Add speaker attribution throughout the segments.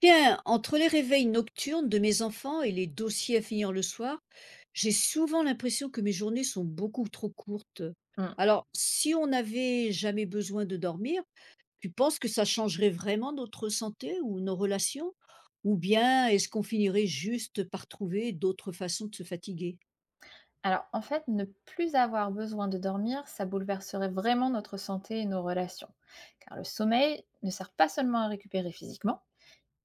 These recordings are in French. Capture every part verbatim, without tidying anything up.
Speaker 1: Bien, entre les réveils nocturnes de mes enfants et les dossiers à finir le soir, j'ai souvent l'impression que mes journées sont beaucoup trop courtes.
Speaker 2: Mmh.
Speaker 1: Alors, si on n'avait jamais besoin de dormir, tu penses que ça changerait vraiment notre santé ou nos relations? Ou bien est-ce qu'on finirait juste par trouver d'autres façons de se fatiguer?
Speaker 2: Alors, en fait, ne plus avoir besoin de dormir, ça bouleverserait vraiment notre santé et nos relations. Car le sommeil ne sert pas seulement à récupérer physiquement,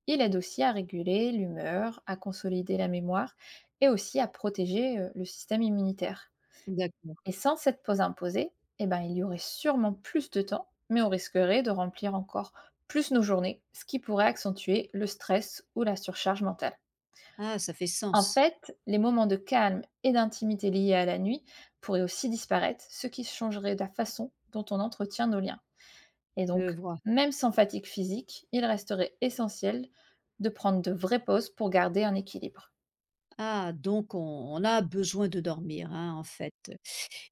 Speaker 2: il aide aussi à réguler l'humeur, à consolider la mémoire et aussi à protéger euh, le système immunitaire.
Speaker 1: D'accord.
Speaker 2: Et sans cette pause imposée, eh ben, il y aurait sûrement plus de temps, mais on risquerait de remplir encore plus nos journées, ce qui pourrait accentuer le stress ou la surcharge mentale.
Speaker 1: Ah, ça fait
Speaker 2: En
Speaker 1: sens.
Speaker 2: fait, les moments de calme et d'intimité liés à la nuit pourraient aussi disparaître, ce qui changerait la façon dont on entretient nos liens. Et
Speaker 1: Je
Speaker 2: donc,
Speaker 1: vois.
Speaker 2: même sans fatigue physique, il resterait essentiel de prendre de vraies pauses pour garder un équilibre.
Speaker 1: Ah, donc on, on a besoin de dormir, hein, en fait.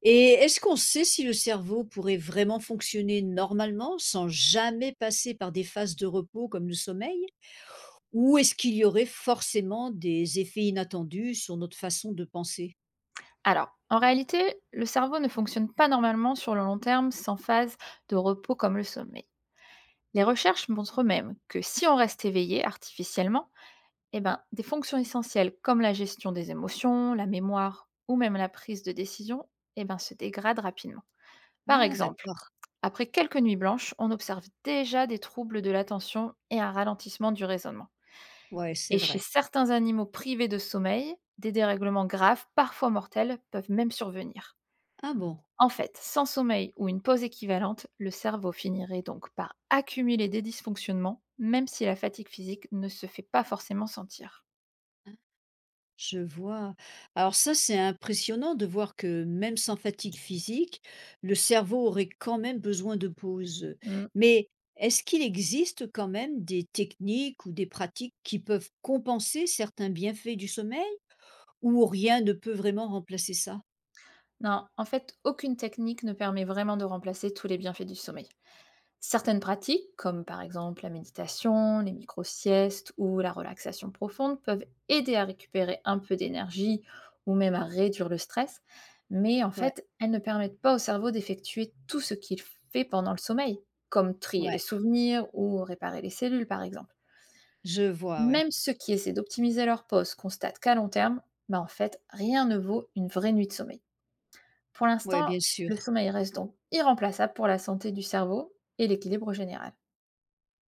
Speaker 1: Et est-ce qu'on sait si le cerveau pourrait vraiment fonctionner normalement sans jamais passer par des phases de repos comme le sommeil? Ou est-ce qu'il y aurait forcément des effets inattendus sur notre façon de penser?
Speaker 2: Alors, en réalité, le cerveau ne fonctionne pas normalement sur le long terme sans phase de repos comme le sommeil. Les recherches montrent même que si on reste éveillé artificiellement, eh ben, des fonctions essentielles comme la gestion des émotions, la mémoire ou même la prise de décision, eh ben, se dégradent rapidement. Par
Speaker 1: Ah,
Speaker 2: exemple,
Speaker 1: d'accord,
Speaker 2: après quelques nuits blanches, on observe déjà des troubles de l'attention et un ralentissement du raisonnement.
Speaker 1: ouais, c'est
Speaker 2: Et chez
Speaker 1: vrai.
Speaker 2: certains animaux privés de sommeil, des dérèglements graves, parfois mortels, peuvent même survenir.
Speaker 1: Ah bon.
Speaker 2: En fait, sans sommeil ou une pause équivalente, le cerveau finirait donc par accumuler des dysfonctionnements, même si la fatigue physique ne se fait pas forcément sentir.
Speaker 1: Je vois. Alors ça, c'est impressionnant de voir que même sans fatigue physique, le cerveau aurait quand même besoin de pauses.
Speaker 2: Hmm.
Speaker 1: Mais est-ce qu'il existe quand même des techniques ou des pratiques qui peuvent compenser certains bienfaits du sommeil ou rien ne peut vraiment remplacer ça?
Speaker 2: Non, en fait, aucune technique ne permet vraiment de remplacer tous les bienfaits du sommeil. Certaines pratiques, comme par exemple la méditation, les micro-siestes ou la relaxation profonde, peuvent aider à récupérer un peu d'énergie ou même à réduire le stress, mais en
Speaker 1: Ouais,
Speaker 2: fait, elles ne permettent pas au cerveau d'effectuer tout ce qu'il fait pendant le sommeil, comme trier les
Speaker 1: ouais,
Speaker 2: souvenirs ou réparer les cellules par exemple.
Speaker 1: je vois, ouais.
Speaker 2: Même ceux qui essaient d'optimiser leur pause constatent qu'à long terme, bah, en fait, rien ne vaut une vraie nuit de sommeil. Pour
Speaker 1: Ouais,
Speaker 2: l'instant,
Speaker 1: bien sûr.
Speaker 2: le sommeil reste donc irremplaçable pour la santé du cerveau et l'équilibre général.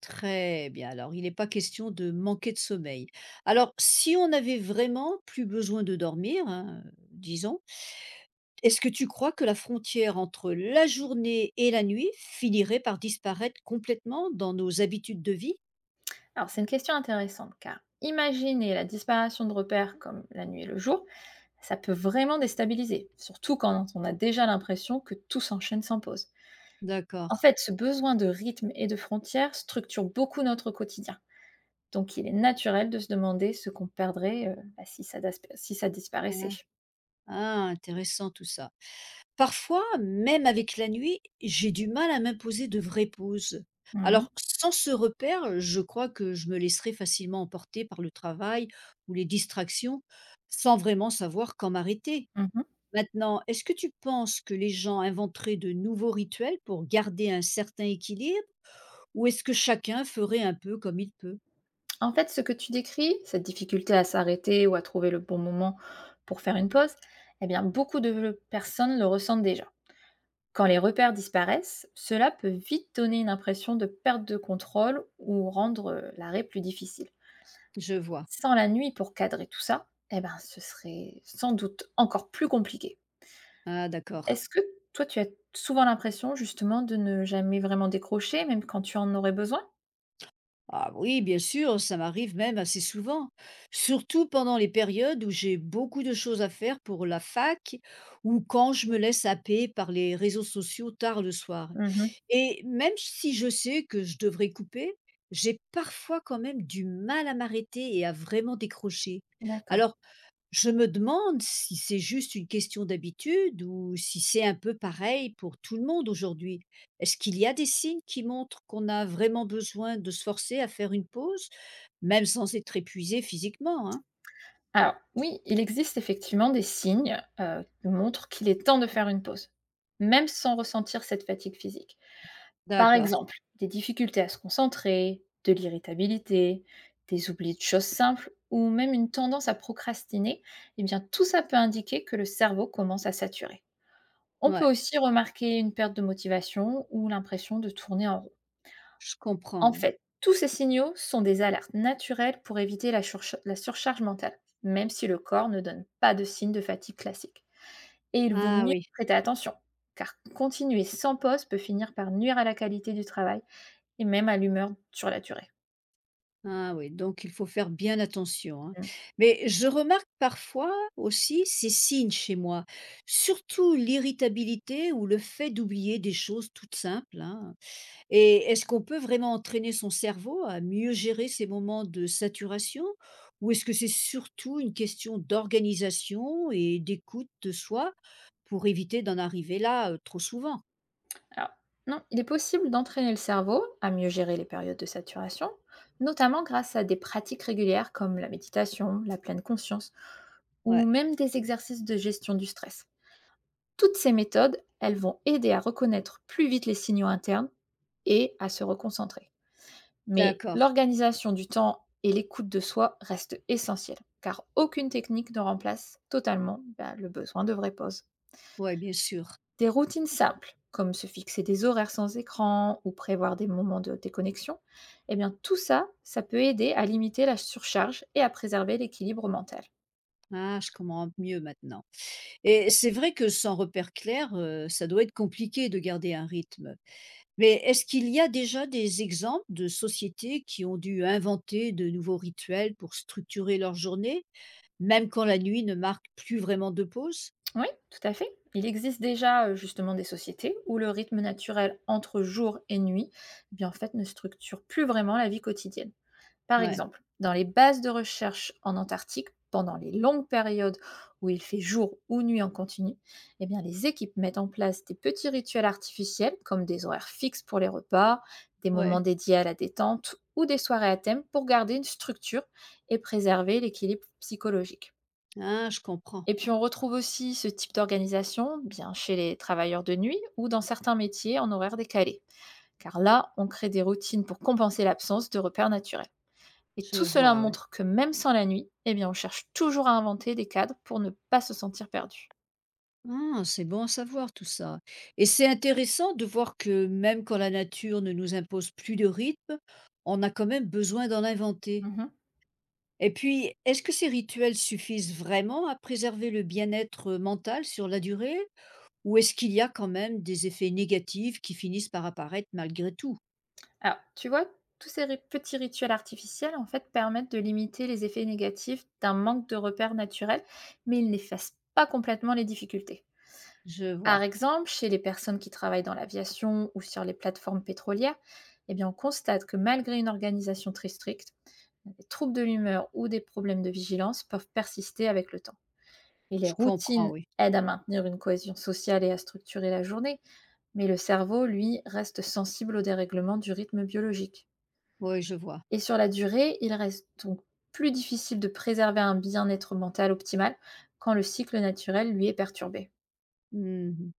Speaker 1: Très bien. Alors, il n'est pas question de manquer de sommeil. Alors, si on avait vraiment plus besoin de dormir, hein, disons, est-ce que tu crois que la frontière entre la journée et la nuit finirait par disparaître complètement dans nos habitudes de vie?
Speaker 2: Alors, c'est une question intéressante car imaginer la disparition de repères comme la nuit et le jour, ça peut vraiment déstabiliser, surtout quand on a déjà l'impression que tout s'enchaîne sans pause. En
Speaker 1: D'accord.
Speaker 2: fait, ce besoin de rythme et de frontières structure beaucoup notre quotidien. Donc, il est naturel de se demander ce qu'on perdrait euh, bah, si, ça, dis- si ça disparaissait.
Speaker 1: Ah, ah, intéressant tout ça. Parfois, même avec la nuit, j'ai du mal à m'imposer de vraies pauses.
Speaker 2: Mmh.
Speaker 1: Alors, sans ce repère, je crois que je me laisserais facilement emporter par le travail ou les distractions sans vraiment savoir quand m'arrêter.
Speaker 2: Mmh.
Speaker 1: Maintenant, est-ce que tu penses que les gens inventeraient de nouveaux rituels pour garder un certain équilibre, ou est-ce que chacun ferait un peu comme il peut?
Speaker 2: En fait, ce que tu décris, cette difficulté à s'arrêter ou à trouver le bon moment pour faire une pause, eh bien, beaucoup de personnes le ressentent déjà. Quand les repères disparaissent, cela peut vite donner une impression de perte de contrôle ou rendre euh, l'arrêt plus difficile.
Speaker 1: Je vois.
Speaker 2: Sans la nuit pour cadrer tout ça, eh ben, ce serait sans doute encore plus compliqué.
Speaker 1: Ah, d'accord.
Speaker 2: Est-ce que toi, tu as souvent l'impression justement de ne jamais vraiment décrocher, même quand tu en aurais besoin?
Speaker 1: Ah oui, bien sûr, ça m'arrive même assez souvent, surtout pendant les périodes où j'ai beaucoup de choses à faire pour la fac ou quand je me laisse happer par les réseaux sociaux tard le soir.
Speaker 2: Mmh.
Speaker 1: Et même si je sais que je devrais couper, j'ai parfois quand même du mal à m'arrêter et à vraiment décrocher.
Speaker 2: D'accord.
Speaker 1: Alors, je me demande si c'est juste une question d'habitude ou si c'est un peu pareil pour tout le monde aujourd'hui. Est-ce qu'il y a des signes qui montrent qu'on a vraiment besoin de se forcer à faire une pause, même sans être épuisé physiquement, hein?
Speaker 2: Alors oui, il existe effectivement des signes, heu, qui montrent qu'il est temps de faire une pause, même sans ressentir cette fatigue physique. Par
Speaker 1: D'accord.
Speaker 2: exemple, des difficultés à se concentrer, de l'irritabilité, des oublis de choses simples ou même une tendance à procrastiner, et bien tout ça peut indiquer que le cerveau commence à saturer. On peut
Speaker 1: Ouais,
Speaker 2: aussi remarquer une perte de motivation ou l'impression de tourner en rond.
Speaker 1: je
Speaker 2: En
Speaker 1: comprends, oui.
Speaker 2: fait, tous ces signaux sont des alertes naturelles pour éviter la, surcha- la surcharge mentale, même si le corps ne donne pas de signe de fatigue classique. Et il vaut
Speaker 1: Ah
Speaker 2: mieux
Speaker 1: oui.
Speaker 2: prêter attention, car continuer sans pause peut finir par nuire à la qualité du travail et même à l'humeur sur la durée.
Speaker 1: Ah oui, donc il faut faire bien attention, hein.
Speaker 2: Mm.
Speaker 1: Mais je remarque parfois aussi ces signes chez moi, surtout l'irritabilité ou le fait d'oublier des choses toutes simples, hein. Et est-ce qu'on peut vraiment entraîner son cerveau à mieux gérer ces moments de saturation ou est-ce que c'est surtout une question d'organisation et d'écoute de soi pour éviter d'en arriver là, heu, trop souvent?
Speaker 2: Alors, non, il est possible d'entraîner le cerveau à mieux gérer les périodes de saturation, notamment grâce à des pratiques régulières comme la méditation, la pleine conscience ou
Speaker 1: Ouais,
Speaker 2: même des exercices de gestion du stress. Toutes ces méthodes, elles vont aider à reconnaître plus vite les signaux internes et à se reconcentrer. Mais
Speaker 1: d'accord.
Speaker 2: l'organisation du temps et l'écoute de soi restent essentielles, car aucune technique ne remplace totalement bah, le besoin de vraie pause.
Speaker 1: Ouais, bien sûr.
Speaker 2: Des routines simples, comme se fixer des horaires sans écran ou prévoir des moments de déconnexion, eh bien tout ça, ça peut aider à limiter la surcharge et à préserver l'équilibre mental.
Speaker 1: Ah, je comprends mieux maintenant et c'est vrai que sans repère clair, heu, ça doit être compliqué de garder un rythme. Mais est-ce qu'il y a déjà des exemples de sociétés qui ont dû inventer de nouveaux rituels pour structurer leur journée? Même quand la nuit ne marque plus vraiment de pause?
Speaker 2: Oui, tout à fait. Il existe déjà euh, justement des sociétés où le rythme naturel entre jour et nuit, eh bien en fait, ne structure plus vraiment la vie quotidienne. Par
Speaker 1: Ouais,
Speaker 2: exemple, dans les bases de recherche en Antarctique, pendant les longues périodes où il fait jour ou nuit en continu, eh bien les équipes mettent en place des petits rituels artificiels comme des horaires fixes pour les repas, des
Speaker 1: ouais.
Speaker 2: moments dédiés à la détente ou des soirées à thème pour garder une structure et préserver l'équilibre psychologique.
Speaker 1: Ah, je comprends,
Speaker 2: Et puis on retrouve aussi ce type d'organisation bien chez les travailleurs de nuit ou dans certains métiers en horaire décalé, car là, on crée des routines pour compenser l'absence de repères naturels. Et
Speaker 1: je
Speaker 2: tout cela
Speaker 1: vois, ouais.
Speaker 2: montre que même sans la nuit, eh bien, on cherche toujours à inventer des cadres pour ne pas se sentir perdu.
Speaker 1: Ah, c'est bon à savoir tout ça et c'est intéressant de voir que même quand la nature ne nous impose plus de rythme, on a quand même besoin d'en inventer.
Speaker 2: Mhm.
Speaker 1: Et puis, est-ce que ces rituels suffisent vraiment à préserver le bien-être mental sur la durée? Ou est-ce qu'il y a quand même des effets négatifs qui finissent par apparaître malgré tout?
Speaker 2: Alors, tu vois, tous ces ri- petits rituels artificiels, en fait, permettent de limiter les effets négatifs d'un manque de repères naturels, mais ils n'effacent pas complètement les difficultés.
Speaker 1: Je vois,
Speaker 2: Par exemple, chez les personnes qui travaillent dans l'aviation ou sur les plateformes pétrolières, eh bien, on constate que malgré une organisation très stricte, des troubles de l'humeur ou des problèmes de vigilance peuvent persister avec le temps. Et les
Speaker 1: je comprends,
Speaker 2: routines
Speaker 1: oui.
Speaker 2: aident à maintenir une cohésion sociale et à structurer la journée, mais le cerveau, lui, reste sensible au dérèglement du rythme biologique.
Speaker 1: Oui, je vois.
Speaker 2: Et sur la durée, il reste donc plus difficile de préserver un bien-être mental optimal quand le cycle naturel, lui, est perturbé.
Speaker 1: Mmh.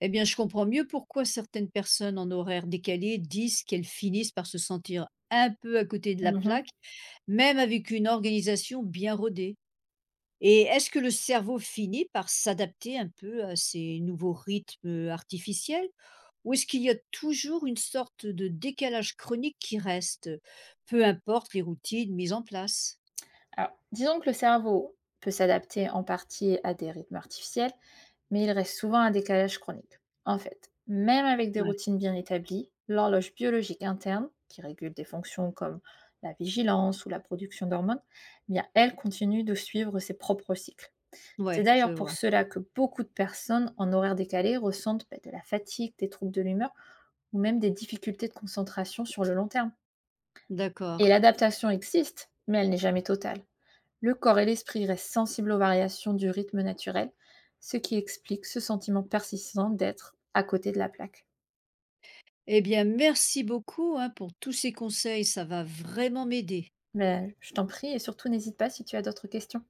Speaker 1: Eh bien, je comprends mieux pourquoi certaines personnes en horaire décalé disent qu'elles finissent par se sentir un peu à côté de la plaque,
Speaker 2: Mhm.
Speaker 1: même avec une organisation bien rodée. Et est-ce que le cerveau finit par s'adapter un peu à ces nouveaux rythmes euh, artificiels, ou est-ce qu'il y a toujours une sorte de décalage chronique qui reste, peu importe les routines mises en place?
Speaker 2: Alors, disons que le cerveau peut s'adapter en partie à des rythmes artificiels, mais il reste souvent un décalage chronique. En fait, même avec des
Speaker 1: Ouais,
Speaker 2: routines bien établies, l'horloge biologique interne, qui régule des fonctions comme la vigilance ou la production d'hormones, eh bien, elle continue de suivre ses propres cycles. C'est
Speaker 1: ouais, je
Speaker 2: d'ailleurs pour
Speaker 1: vois.
Speaker 2: cela que beaucoup de personnes en horaire décalé ressentent bah, de la fatigue, des troubles de l'humeur ou même des difficultés de concentration sur le long terme. Et
Speaker 1: D'accord.
Speaker 2: l'adaptation existe, mais elle n'est jamais totale. Le corps et l'esprit restent sensibles aux variations du rythme naturel, ce qui explique ce sentiment persistant d'être à côté de la plaque.
Speaker 1: Eh bien, merci beaucoup hein, pour tous ces conseils, ça va vraiment m'aider.
Speaker 2: Mais je t'en prie et surtout n'hésite pas si tu as d'autres questions.